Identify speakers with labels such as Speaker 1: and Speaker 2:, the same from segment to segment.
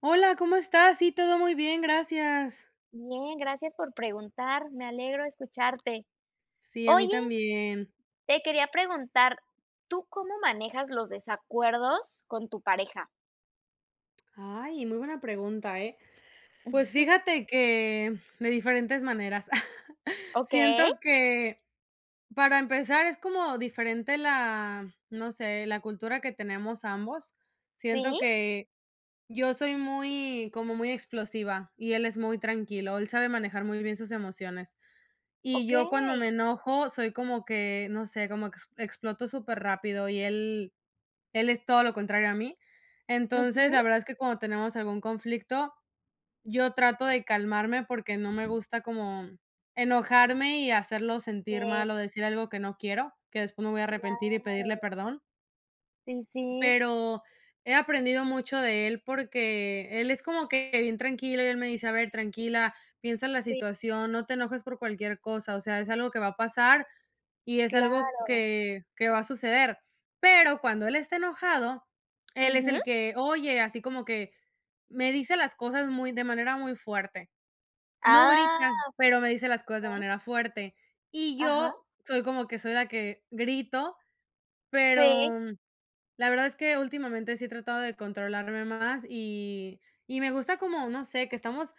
Speaker 1: Hola, ¿cómo estás? Sí, todo muy bien, gracias.
Speaker 2: Bien, gracias por preguntar, me alegro escucharte.
Speaker 1: Sí, a mí
Speaker 2: Oye,
Speaker 1: también.
Speaker 2: te quería preguntar, ¿tú cómo manejas los desacuerdos con tu pareja?
Speaker 1: Ay, muy buena pregunta, ¿eh? Pues fíjate que de diferentes maneras.
Speaker 2: ¿Ok?
Speaker 1: Siento que para empezar es como diferente la, no sé, la cultura que tenemos ambos. Siento
Speaker 2: sí,
Speaker 1: que yo soy muy, como muy explosiva y él es muy tranquilo. Él sabe manejar muy bien sus emociones. Y
Speaker 2: ¿Ok?
Speaker 1: yo cuando me enojo soy como que, no sé, como que exploto súper rápido y él. Él es todo lo contrario a mí. Entonces,
Speaker 2: Ujú.
Speaker 1: la verdad es que cuando tenemos algún conflicto, yo trato de calmarme porque no me gusta como enojarme y hacerlo
Speaker 2: Sí,
Speaker 1: sentir mal o decir algo que no quiero, que después me voy a arrepentir y
Speaker 2: claro.
Speaker 1: pedirle perdón,
Speaker 2: Sí, sí,
Speaker 1: pero he aprendido mucho de él porque él es como que bien tranquilo y él me dice, a ver, tranquila, piensa en la
Speaker 2: sí,
Speaker 1: situación, no te enojes por cualquier cosa, o sea, es algo que va a pasar y es algo
Speaker 2: claro.
Speaker 1: que va a suceder. Pero cuando él está enojado, él es
Speaker 2: Ujú.
Speaker 1: el que, oye, así como que me dice las cosas muy, de manera muy fuerte. No grita,
Speaker 2: Ah,
Speaker 1: pero me dice las cosas de
Speaker 2: okey,
Speaker 1: manera fuerte. Y
Speaker 2: ajá.
Speaker 1: yo soy como que soy la que grito,
Speaker 2: Sí,
Speaker 1: pero la verdad es que últimamente sí he tratado de controlarme más, y me gusta como, no sé, que estamos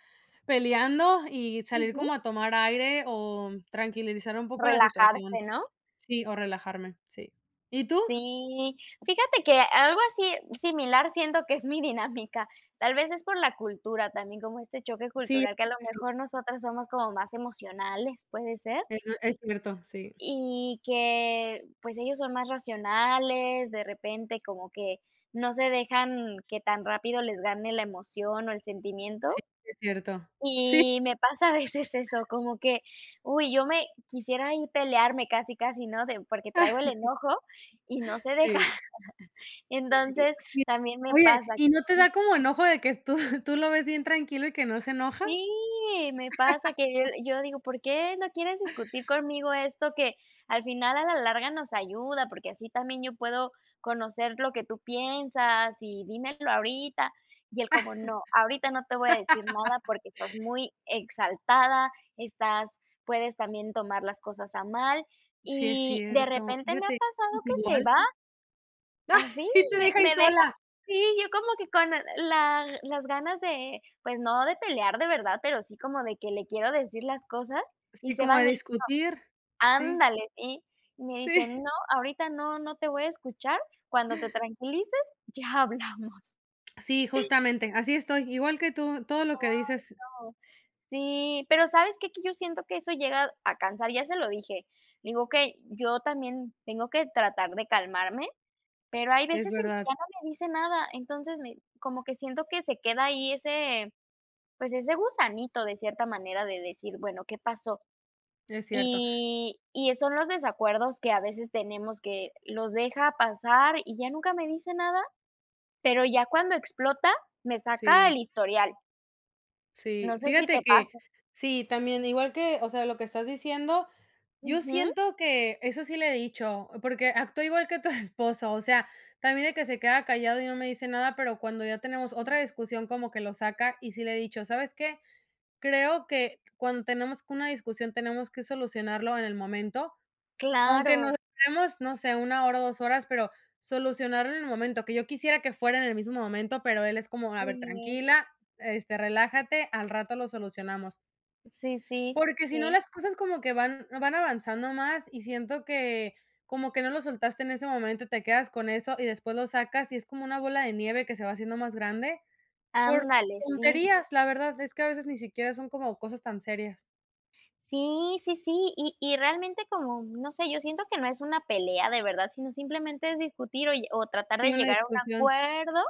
Speaker 1: peleando y salir
Speaker 2: ujú.
Speaker 1: como a tomar aire o tranquilizar un poco la situación.
Speaker 2: Relajarse, ¿no?
Speaker 1: Sí, o relajarme, sí. ¿Y tú?
Speaker 2: Sí, fíjate que algo así similar siento que es mi dinámica. Tal vez es por la cultura también, como este choque
Speaker 1: Sí, yo
Speaker 2: cultural, que a lo
Speaker 1: creo que sí.
Speaker 2: mejor nosotras somos como más emocionales, puede ser,
Speaker 1: Es cierto, sí,
Speaker 2: y que pues ellos son más racionales, de repente como que no se dejan que tan rápido les gane la emoción o el sentimiento.
Speaker 1: sí, es cierto. Sí,
Speaker 2: Y me pasa a veces eso, como que, uy, yo me quisiera ahí pelearme casi, casi, ¿no? Porque traigo el enojo y no se deja.
Speaker 1: sí, y
Speaker 2: Entonces,
Speaker 1: sí.
Speaker 2: también me
Speaker 1: Oye,
Speaker 2: pasa,
Speaker 1: ¿y no te da como enojo de que tú tú lo ves bien tranquilo y que no se enoja?
Speaker 2: sí, me pasa que yo digo: "¿Por qué no quieres discutir conmigo esto que al final a la larga nos ayuda?". Porque así también yo puedo conocer lo que tú piensas y dímelo ahorita. Y él como: "No, ahorita no te voy a decir nada porque estás muy exaltada, estás puedes también tomar las cosas a mal".
Speaker 1: Sí, es
Speaker 2: Y de
Speaker 1: cierto.
Speaker 2: repente me ha
Speaker 1: Fíjate,
Speaker 2: pasado que se
Speaker 1: igual.
Speaker 2: va. Así
Speaker 1: Y te
Speaker 2: me
Speaker 1: deja ahí
Speaker 2: me deja,
Speaker 1: sola.
Speaker 2: sí, yo como que con la las ganas de, pues, no de pelear de verdad, pero sí como de que le quiero decir las cosas, y
Speaker 1: Sí,
Speaker 2: se
Speaker 1: como
Speaker 2: va y
Speaker 1: de
Speaker 2: me dice:
Speaker 1: discutir. Sí,
Speaker 2: "Ándale", sí. Y me dice:
Speaker 1: sí,
Speaker 2: "No, ahorita no, no te voy a escuchar, cuando te tranquilices, ya hablamos".
Speaker 1: sí, justamente, así estoy, igual que tú, todo lo que dices
Speaker 2: No. Sí, pero ¿sabes qué? Que yo siento que eso llega a cansar, ya se lo dije. Digo: que yo también tengo que tratar de calmarme. Pero hay
Speaker 1: es
Speaker 2: veces en que ya
Speaker 1: verdad,
Speaker 2: no me dice nada, entonces me como que siento que se queda ahí ese, pues, ese gusanito de cierta manera de decir, bueno, ¿qué pasó?
Speaker 1: es cierto.
Speaker 2: Y son los desacuerdos que a veces tenemos que los deja pasar y ya nunca me dice nada, pero ya cuando explota, me saca el
Speaker 1: Sí,
Speaker 2: historial.
Speaker 1: sí,
Speaker 2: No sé si te
Speaker 1: fíjate que
Speaker 2: pasa.
Speaker 1: sí, también, igual que, o sea, lo que estás diciendo, yo
Speaker 2: Ujú,
Speaker 1: siento que eso sí le he dicho, porque actúa igual que tu esposo, o sea, también de que se queda callado y no me dice nada, pero cuando ya tenemos otra discusión como que lo saca y sí le he dicho, ¿sabes qué? Creo que cuando tenemos una discusión tenemos que solucionarlo en el momento. Aunque nos
Speaker 2: claro.
Speaker 1: esperemos, no sé, una hora, o 2 horas, pero solucionaron en el momento, que yo quisiera que fuera en el mismo momento, pero él es como: "A ver,
Speaker 2: Sí,
Speaker 1: tranquila, este, relájate, al rato lo solucionamos".
Speaker 2: sí, sí,
Speaker 1: Porque si no,
Speaker 2: sí.
Speaker 1: las cosas como que van avanzando más y siento que como que no lo soltaste en ese momento, te quedas con eso y después lo sacas y es como una bola de nieve que se va haciendo más grande por
Speaker 2: Ándale, sí.
Speaker 1: tonterías, la verdad, es que a veces ni siquiera son como cosas tan serias.
Speaker 2: Sí, sí, sí, y realmente como, no sé, yo siento que no es una pelea de verdad, sino simplemente es discutir o tratar
Speaker 1: Sí,
Speaker 2: de
Speaker 1: una
Speaker 2: llegar a un
Speaker 1: discusión.
Speaker 2: acuerdo,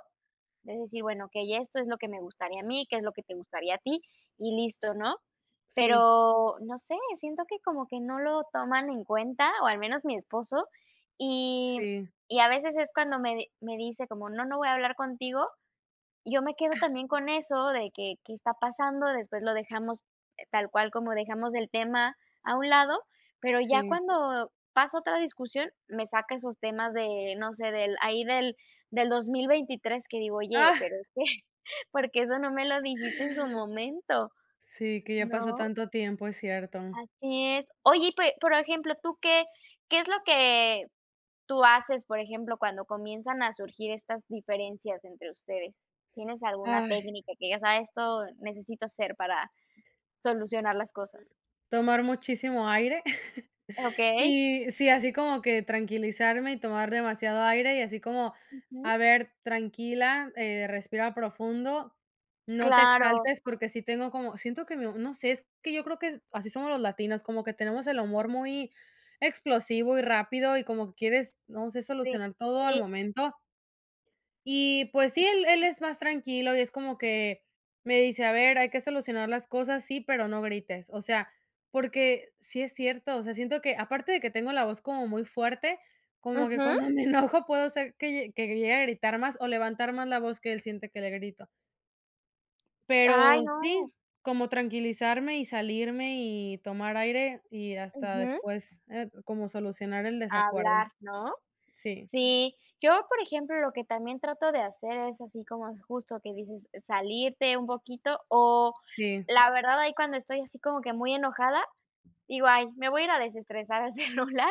Speaker 2: de decir, bueno, okey, esto es lo que me gustaría a mí, qué es lo que te gustaría a ti, y listo, ¿no?
Speaker 1: Sí,
Speaker 2: Pero, no sé, siento que como que no lo toman en cuenta, o al menos mi esposo, y
Speaker 1: sí,
Speaker 2: y a veces es cuando me dice como: "No, no voy a hablar contigo", yo me quedo también con eso de que, ¿qué está pasando? Después lo dejamos, tal cual como dejamos el tema a un lado, pero ya
Speaker 1: sí.
Speaker 2: cuando pasa otra discusión, me saca esos temas de, no sé, del ahí del 2023 que digo: "Oye, pero ¿qué? porque eso no me lo dijiste en su momento?",
Speaker 1: Sí, que ya pasó
Speaker 2: ¿no?
Speaker 1: tanto tiempo, es cierto.
Speaker 2: Así es. Oye, y pe por ejemplo, ¿tú qué es lo que tú haces, por ejemplo, cuando comienzan a surgir estas diferencias entre ustedes? ¿Tienes alguna
Speaker 1: Ay,
Speaker 2: técnica que digas, ah, esto necesito hacer para solucionar las cosas?
Speaker 1: tomar muchísimo aire.
Speaker 2: Okey.
Speaker 1: Y sí, así como que tranquilizarme y tomar demasiado aire y así como,
Speaker 2: Ujú.
Speaker 1: a ver, tranquila, respira profundo, no te
Speaker 2: Claro,
Speaker 1: exaltes porque sí tengo como, siento que mi no sé, es que yo creo que así somos los latinos, como que tenemos el humor muy explosivo y rápido y como que quieres, no sé,
Speaker 2: sí.
Speaker 1: solucionar todo al momento. Y pues sí, él es más tranquilo y es como que me dice: "A ver, hay que solucionar las cosas, sí, pero no grites". O sea, porque sí es cierto, o sea, siento que aparte de que tengo la voz como muy fuerte, como que
Speaker 2: Ujú.
Speaker 1: cuando me enojo puedo hacer que lle que llegue a gritar más o levantar más la voz que él siente que le grito.
Speaker 2: Ay,
Speaker 1: Pero
Speaker 2: no.
Speaker 1: sí, como tranquilizarme y salirme y tomar aire y hasta
Speaker 2: Ujú.
Speaker 1: después, como solucionar el desacuerdo.
Speaker 2: Hablar, ¿no?
Speaker 1: Sí,
Speaker 2: Sí, yo, por ejemplo, lo que también trato de hacer es así como justo que dices, salirte un poquito o
Speaker 1: sí,
Speaker 2: la verdad ahí cuando estoy así como que muy enojada, digo: "Ay, me voy a ir a desestresar al celular".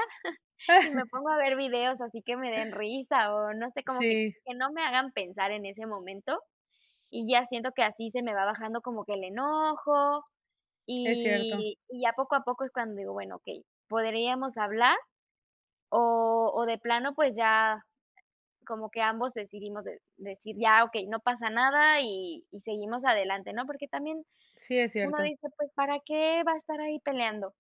Speaker 2: Y me pongo a ver videos así que me den risa, o no sé, como que
Speaker 1: sí,
Speaker 2: que no me hagan pensar en ese momento, y ya siento que así se me va bajando como que el enojo,
Speaker 1: es cierto.
Speaker 2: y ya poco a poco es cuando digo: "Bueno, okey, podríamos hablar", o de plano, pues, ya como que ambos decidimos de decir: "Ya, okey, no pasa nada", y seguimos adelante, ¿no? Porque también
Speaker 1: Sí, es
Speaker 2: uno
Speaker 1: cierto.
Speaker 2: dice: "Pues, ¿para qué va a estar ahí peleando?".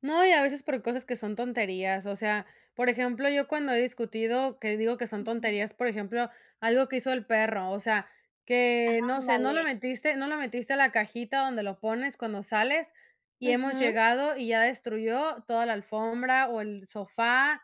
Speaker 1: No, y a veces por cosas que son tonterías, o sea, por ejemplo, yo cuando he discutido, que digo que son
Speaker 2: Ujú.
Speaker 1: tonterías, por ejemplo, algo que hizo el perro, o sea, que no sé,
Speaker 2: Ándale.
Speaker 1: no lo metiste a la cajita donde lo pones cuando sales y hemos
Speaker 2: Ujú.
Speaker 1: llegado y ya destruyó toda la alfombra o el sofá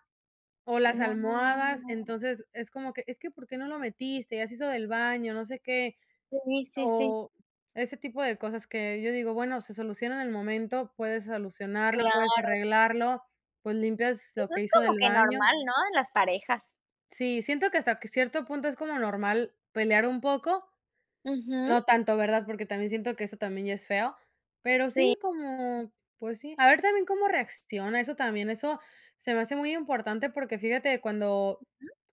Speaker 1: o las almohadas,
Speaker 2: No.
Speaker 1: entonces es como que, es que ¿por qué no lo metiste? Ya se hizo del baño, no sé qué.
Speaker 2: Sí, sí, sí.
Speaker 1: O ese tipo de cosas que yo digo, bueno, se soluciona en el momento, puedes solucionarlo, puedes
Speaker 2: Claro.
Speaker 1: arreglarlo, pues limpias lo
Speaker 2: Eso
Speaker 1: que
Speaker 2: es
Speaker 1: hizo
Speaker 2: como
Speaker 1: del
Speaker 2: que
Speaker 1: baño.
Speaker 2: normal, ¿no? En las parejas.
Speaker 1: Sí, siento que hasta que cierto punto es como normal pelear un poco,
Speaker 2: Ujú.
Speaker 1: no tanto, ¿verdad? Porque también siento que eso también ya es feo, pero
Speaker 2: Sí,
Speaker 1: sí, como, pues sí, a ver también cómo reacciona, eso también, eso se me hace muy importante porque fíjate, cuando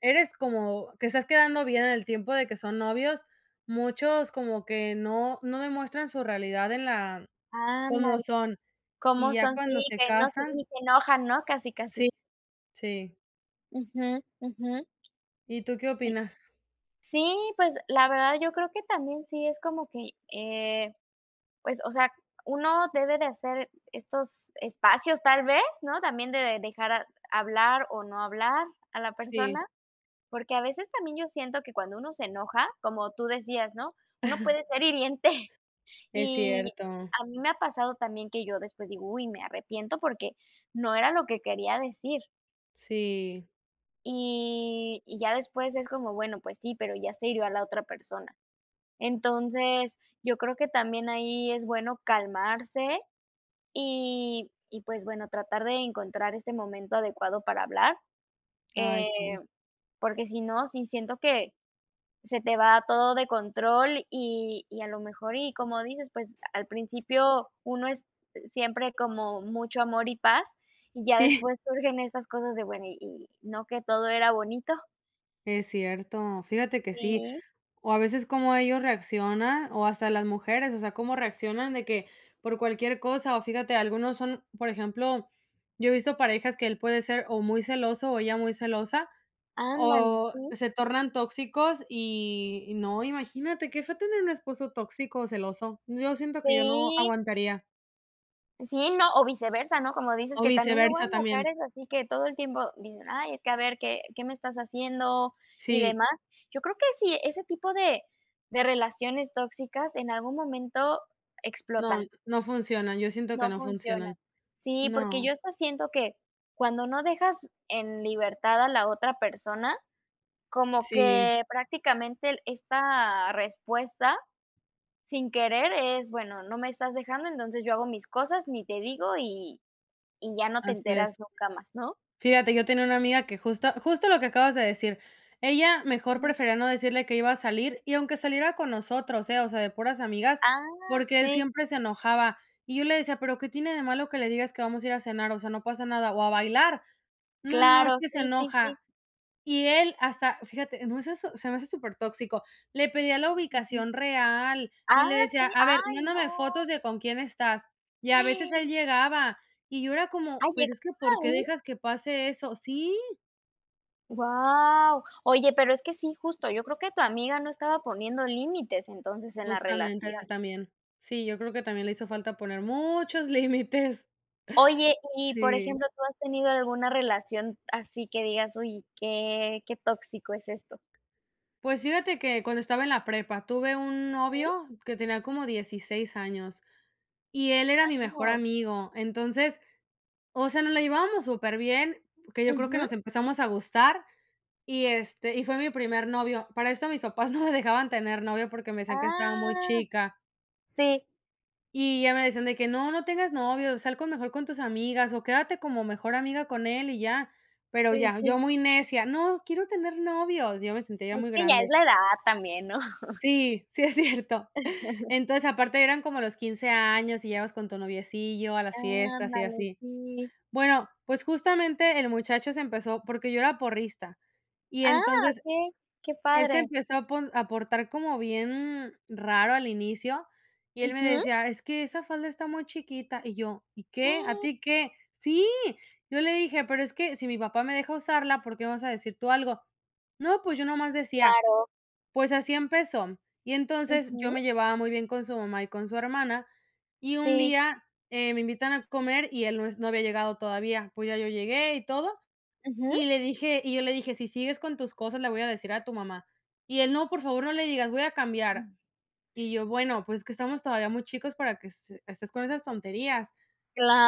Speaker 1: eres como que estás quedando bien en el tiempo de que son novios, muchos como que no demuestran su realidad en la cómo
Speaker 2: ándale.
Speaker 1: son,
Speaker 2: ¿Cómo
Speaker 1: y ya
Speaker 2: son?
Speaker 1: cuando
Speaker 2: Sí,
Speaker 1: se
Speaker 2: que no, sí,
Speaker 1: casan
Speaker 2: ni se enojan, ¿no? Casi, casi.
Speaker 1: sí, sí.
Speaker 2: Ujú, ujú.
Speaker 1: ¿Y tú qué
Speaker 2: Sí.
Speaker 1: opinas?
Speaker 2: Sí, pues, la verdad yo creo que también sí es como que, pues, o sea, uno debe de hacer estos espacios, tal vez, ¿no? También de dejar a hablar o no hablar a la
Speaker 1: Sí,
Speaker 2: persona, porque a veces también yo siento que cuando uno se enoja, como tú decías, ¿no? Uno puede ser hiriente.
Speaker 1: es
Speaker 2: Y
Speaker 1: cierto.
Speaker 2: a mí me ha pasado también que yo después digo: "Uy, me arrepiento porque no era lo que quería decir".
Speaker 1: Sí,
Speaker 2: Y ya después es como, bueno, pues sí, pero ya se hirió a la otra persona. Entonces, yo creo que también ahí es bueno calmarse y pues bueno, tratar de encontrar este momento adecuado para hablar,
Speaker 1: ay,
Speaker 2: eh,
Speaker 1: sí.
Speaker 2: porque si no, sí siento que se te va todo de control y a lo mejor, y como dices, pues al principio uno es siempre como mucho amor y paz y ya
Speaker 1: Sí,
Speaker 2: después surgen estas cosas de, bueno, y no que todo era bonito.
Speaker 1: es cierto, fíjate que sí.
Speaker 2: Sí,
Speaker 1: O a veces cómo ellos reaccionan, o hasta las mujeres, o sea, cómo reaccionan de que por cualquier cosa, o fíjate, algunos son, por ejemplo, yo he visto parejas que él puede ser o muy celoso o ella muy celosa,
Speaker 2: ándale,
Speaker 1: o
Speaker 2: sí,
Speaker 1: se tornan tóxicos y no, imagínate, qué fue tener un esposo tóxico o celoso. Yo siento que yo no
Speaker 2: sí,
Speaker 1: aguantaría,
Speaker 2: sí, no, o viceversa, ¿no? Como dices
Speaker 1: o
Speaker 2: que también luego
Speaker 1: viceversa
Speaker 2: hay
Speaker 1: también.
Speaker 2: mujeres así que todo el tiempo dicen, ay, es que a ver, ¿qué me estás haciendo? Y
Speaker 1: Sí,
Speaker 2: demás. Yo creo que sí, ese tipo de relaciones tóxicas en algún momento
Speaker 1: no,
Speaker 2: explotan.
Speaker 1: no funcionan, yo siento que
Speaker 2: No
Speaker 1: no
Speaker 2: funciona.
Speaker 1: funcionan.
Speaker 2: Sí, porque
Speaker 1: No,
Speaker 2: yo hasta siento que cuando no dejas en libertad a la otra persona, como
Speaker 1: sí,
Speaker 2: que prácticamente el esta respuesta sin querer es, bueno, no me estás dejando, entonces yo hago mis cosas, ni te digo y ya no te
Speaker 1: así
Speaker 2: enteras
Speaker 1: es.
Speaker 2: nunca más, ¿no?
Speaker 1: Fíjate, yo tenía una amiga que justo lo que acabas de decir, ella mejor
Speaker 2: Ujú.
Speaker 1: prefería no decirle que iba a salir, y aunque saliera con nosotros, ¿eh? O sea, de puras amigas,
Speaker 2: Ah,
Speaker 1: porque él
Speaker 2: sí,
Speaker 1: siempre se enojaba. Y yo le decía: "¿Pero qué tiene de malo que le digas que vamos a ir a cenar? O sea, no pasa nada, o a bailar". No, no, no, es
Speaker 2: claro,
Speaker 1: que se
Speaker 2: sí, sí, sí.
Speaker 1: enoja. Y él hasta, fíjate, no, eso se me hace supertóxico. Le pedía la
Speaker 2: Ujú.
Speaker 1: ubicación real y le
Speaker 2: Ah,
Speaker 1: decía:
Speaker 2: sí,
Speaker 1: "A ver,
Speaker 2: ay,
Speaker 1: mándame
Speaker 2: no.
Speaker 1: fotos de con quién estás". Y a veces él llegaba, y yo era como:
Speaker 2: Ay,
Speaker 1: "Pero es que,
Speaker 2: llegaste
Speaker 1: ¿por qué
Speaker 2: ahí.
Speaker 1: dejas que pase eso?". Sí,
Speaker 2: Wow. Oye, pero es que sí, justo, yo creo que tu amiga no estaba poniendo límites entonces en la relación.
Speaker 1: justamente también. Sí, yo creo que también le hizo falta poner muchos límites.
Speaker 2: Oye, y por
Speaker 1: Sí.
Speaker 2: ejemplo, ¿tú has tenido alguna relación así que digas: "Uy, qué tóxico es esto"?
Speaker 1: Pues fíjate que cuando estaba en la prepa, tuve un
Speaker 2: Sí,
Speaker 1: novio que tenía como 16 años, y él era mi mejor
Speaker 2: claro.
Speaker 1: amigo. Entonces, o sea, nos la llevábamos súper bien, que yo creo que
Speaker 2: Ujú.
Speaker 1: nos empezamos a gustar y, este, y fue mi primer novio. Para esto mis papás no me dejaban tener novio porque me decían que estaba muy
Speaker 2: Ah,
Speaker 1: chica.
Speaker 2: sí,
Speaker 1: Y ya me decían de que: "No, no tengas novio, sal con mejor con tus amigas o quédate como mejor amiga con él y ya". Pero
Speaker 2: sí,
Speaker 1: ya, yo
Speaker 2: sí.
Speaker 1: muy necia: "No, quiero tener novios. Yo me sentía ya
Speaker 2: Es
Speaker 1: muy
Speaker 2: que ya
Speaker 1: grande.
Speaker 2: es la edad también, ¿no?
Speaker 1: Sí, sí es cierto. Entonces, aparte eran como los 15 años y ya vas con tu noviecillo a las fiestas y
Speaker 2: Ándale,
Speaker 1: así.
Speaker 2: sí.
Speaker 1: Bueno, pues justamente el muchacho se empezó porque yo era porrista, y
Speaker 2: Ah,
Speaker 1: entonces
Speaker 2: okey, qué
Speaker 1: él se
Speaker 2: padre.
Speaker 1: empezó a pon a portar como bien raro al inicio, y él me
Speaker 2: Ujú.
Speaker 1: decía: "Es que esa falda está muy chiquita", y yo: "¿Y qué? ¿A
Speaker 2: Mm,
Speaker 1: ti qué?". Sí, yo le dije: "Pero es que si mi papá me deja usarla, ¿por qué me vas a decir tú algo?". No, pues yo nomás decía.
Speaker 2: claro.
Speaker 1: Pues así empezó. Y entonces yo
Speaker 2: Ujú.
Speaker 1: me llevaba muy bien con su mamá y con su hermana, y un
Speaker 2: Sí.
Speaker 1: día, me invitan a comer y él no había llegado todavía. Pues ya yo llegué y todo,
Speaker 2: Ujú.
Speaker 1: y yo le dije: "Si sigues con tus cosas, le voy a decir a tu mamá". Y él: "No, por favor, no le digas, voy a cambiar".
Speaker 2: Mm.
Speaker 1: Y yo: "Bueno, pues es que estamos todavía muy chicos para que estés con esas tonterías".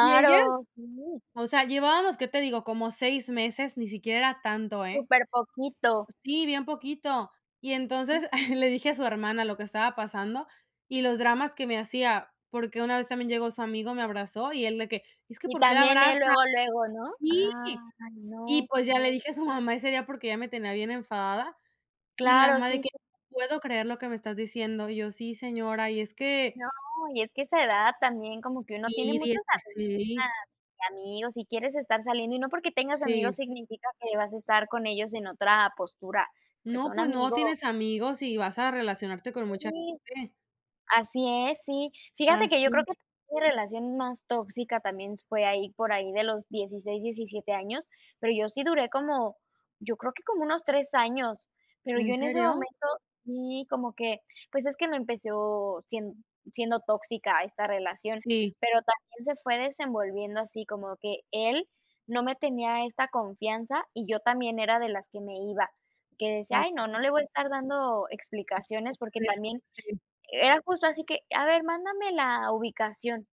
Speaker 1: Y ella,
Speaker 2: sí.
Speaker 1: o sea, llevábamos, ¿qué te digo? Como 6 meses, ni siquiera era tanto, ¿eh?
Speaker 2: Súper poquito.
Speaker 1: Sí, bien poquito. Y entonces
Speaker 2: Ujú.
Speaker 1: le dije a su hermana lo que estaba pasando y los dramas que me hacía, porque una vez también llegó su amigo, me abrazó y él de que: "Es que,
Speaker 2: Y
Speaker 1: ¿por qué la
Speaker 2: también él
Speaker 1: abraza?".
Speaker 2: luego, luego, ¿no?
Speaker 1: Sí,
Speaker 2: Ay,
Speaker 1: y
Speaker 2: no.
Speaker 1: pues ya le dije a su mamá ese día porque ya me tenía bien enfadada y la
Speaker 2: Claro,
Speaker 1: mamá de
Speaker 2: sí,
Speaker 1: que:
Speaker 2: sí.
Speaker 1: "No puedo creer lo que me estás diciendo". Y yo: "Sí, señora, y es
Speaker 2: Sí,
Speaker 1: que"
Speaker 2: no, y es que esa edad también como que uno tiene
Speaker 1: y
Speaker 2: muchos amigas
Speaker 1: 16.
Speaker 2: y amigos, y quieres estar saliendo, y no porque tengas
Speaker 1: Sí.
Speaker 2: amigos significa que vas a estar con ellos en otra postura, pues
Speaker 1: No,
Speaker 2: son
Speaker 1: pues no,
Speaker 2: amigos.
Speaker 1: tienes amigos y vas a relacionarte con mucha
Speaker 2: Sí.
Speaker 1: gente.
Speaker 2: Así es, sí. Fíjate que yo creo
Speaker 1: Así.
Speaker 2: que mi relación más tóxica también fue ahí, por ahí de los 16, 17 años, pero yo sí duré como, yo creo que como unos 3 años, pero
Speaker 1: ¿En
Speaker 2: yo en ese
Speaker 1: serio?
Speaker 2: momento sí, como que, pues es que no empezó siendo tóxica esta relación,
Speaker 1: Sí.
Speaker 2: pero también se fue desenvolviendo así, como que él no me tenía esta confianza y yo también era de las que me iba, que decía: "Ay, no,
Speaker 1: Ok.
Speaker 2: no le voy a estar dando explicaciones", porque
Speaker 1: Explicaciones,
Speaker 2: también era justo así que: "A ver, mándame la ubicación".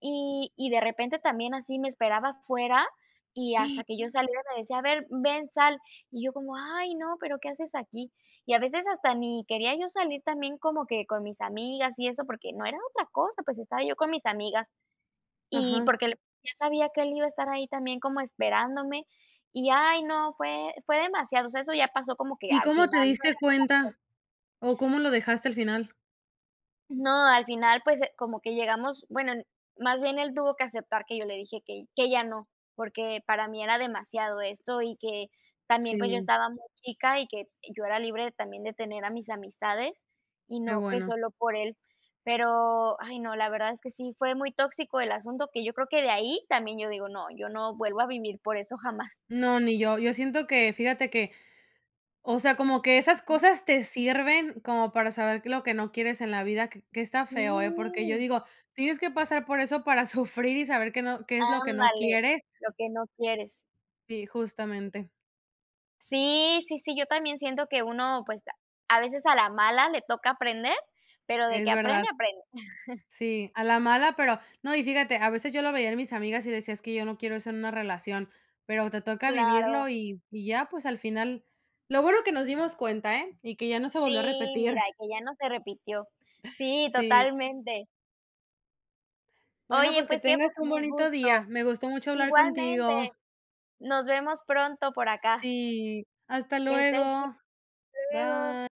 Speaker 2: Y de repente también así me esperaba fuera y
Speaker 1: sí.
Speaker 2: hasta que yo saliera me decía: "A ver, ven, sal". Y yo como: "Ay, no, pero ¿qué haces aquí?". Y a veces hasta ni quería yo salir también como que con mis amigas y eso, porque no era otra cosa, pues estaba yo con mis amigas, y
Speaker 1: Ajá.
Speaker 2: porque l ya sabía que él iba a estar ahí también como esperándome, y ay, no, fue demasiado, o sea, eso ya pasó como que
Speaker 1: ¿Y
Speaker 2: al
Speaker 1: cómo te
Speaker 2: final.
Speaker 1: diste cuenta o cómo lo dejaste al final?
Speaker 2: No, al final, pues, como que llegamos bueno, más bien él tuvo que aceptar que yo le dije que ya no, porque para mí era demasiado esto y que también, pues, yo
Speaker 1: Sí,
Speaker 2: estaba muy chica y que yo era libre también de tener a mis amistades y
Speaker 1: qué
Speaker 2: no que
Speaker 1: bueno.
Speaker 2: solo por él. Pero, ay, no, la verdad es que sí fue muy tóxico el asunto, que yo creo que de ahí también yo digo: "No, yo no vuelvo a vivir por eso jamás".
Speaker 1: No, ni yo. Yo siento que, fíjate que, o sea, como que esas cosas te sirven como para saber que lo que no quieres en la vida, que está feo, ¿eh? Porque yo
Speaker 2: Ujú,
Speaker 1: digo, tienes que pasar por eso para sufrir y saber que no, qué es lo que no
Speaker 2: ándale,
Speaker 1: quieres.
Speaker 2: lo que no quieres.
Speaker 1: Sí, justamente.
Speaker 2: Sí, sí, sí, yo también siento que uno, pues, a veces a la mala le toca aprender, pero de
Speaker 1: Es
Speaker 2: que
Speaker 1: verdad.
Speaker 2: aprende, aprende.
Speaker 1: Sí, a la mala, pero no, y fíjate, a veces yo lo veía en mis amigas y decía, es que yo no quiero eso en una relación, pero te toca
Speaker 2: Claro,
Speaker 1: vivirlo y ya, pues al final, lo bueno que nos dimos cuenta, ¿eh? Y que ya no se volvió a
Speaker 2: sí,
Speaker 1: repetir.
Speaker 2: mira, que ya no se repitió. Sí,
Speaker 1: Sí.
Speaker 2: totalmente.
Speaker 1: Bueno,
Speaker 2: Oye,
Speaker 1: pues que
Speaker 2: pues qué
Speaker 1: tengas un bonito día.
Speaker 2: gusto.
Speaker 1: Me gustó mucho hablar
Speaker 2: Igualmente,
Speaker 1: contigo.
Speaker 2: nos vemos pronto por acá.
Speaker 1: Sí. Hasta
Speaker 2: Que estés bien,
Speaker 1: luego.
Speaker 2: hasta
Speaker 1: Bye.
Speaker 2: luego.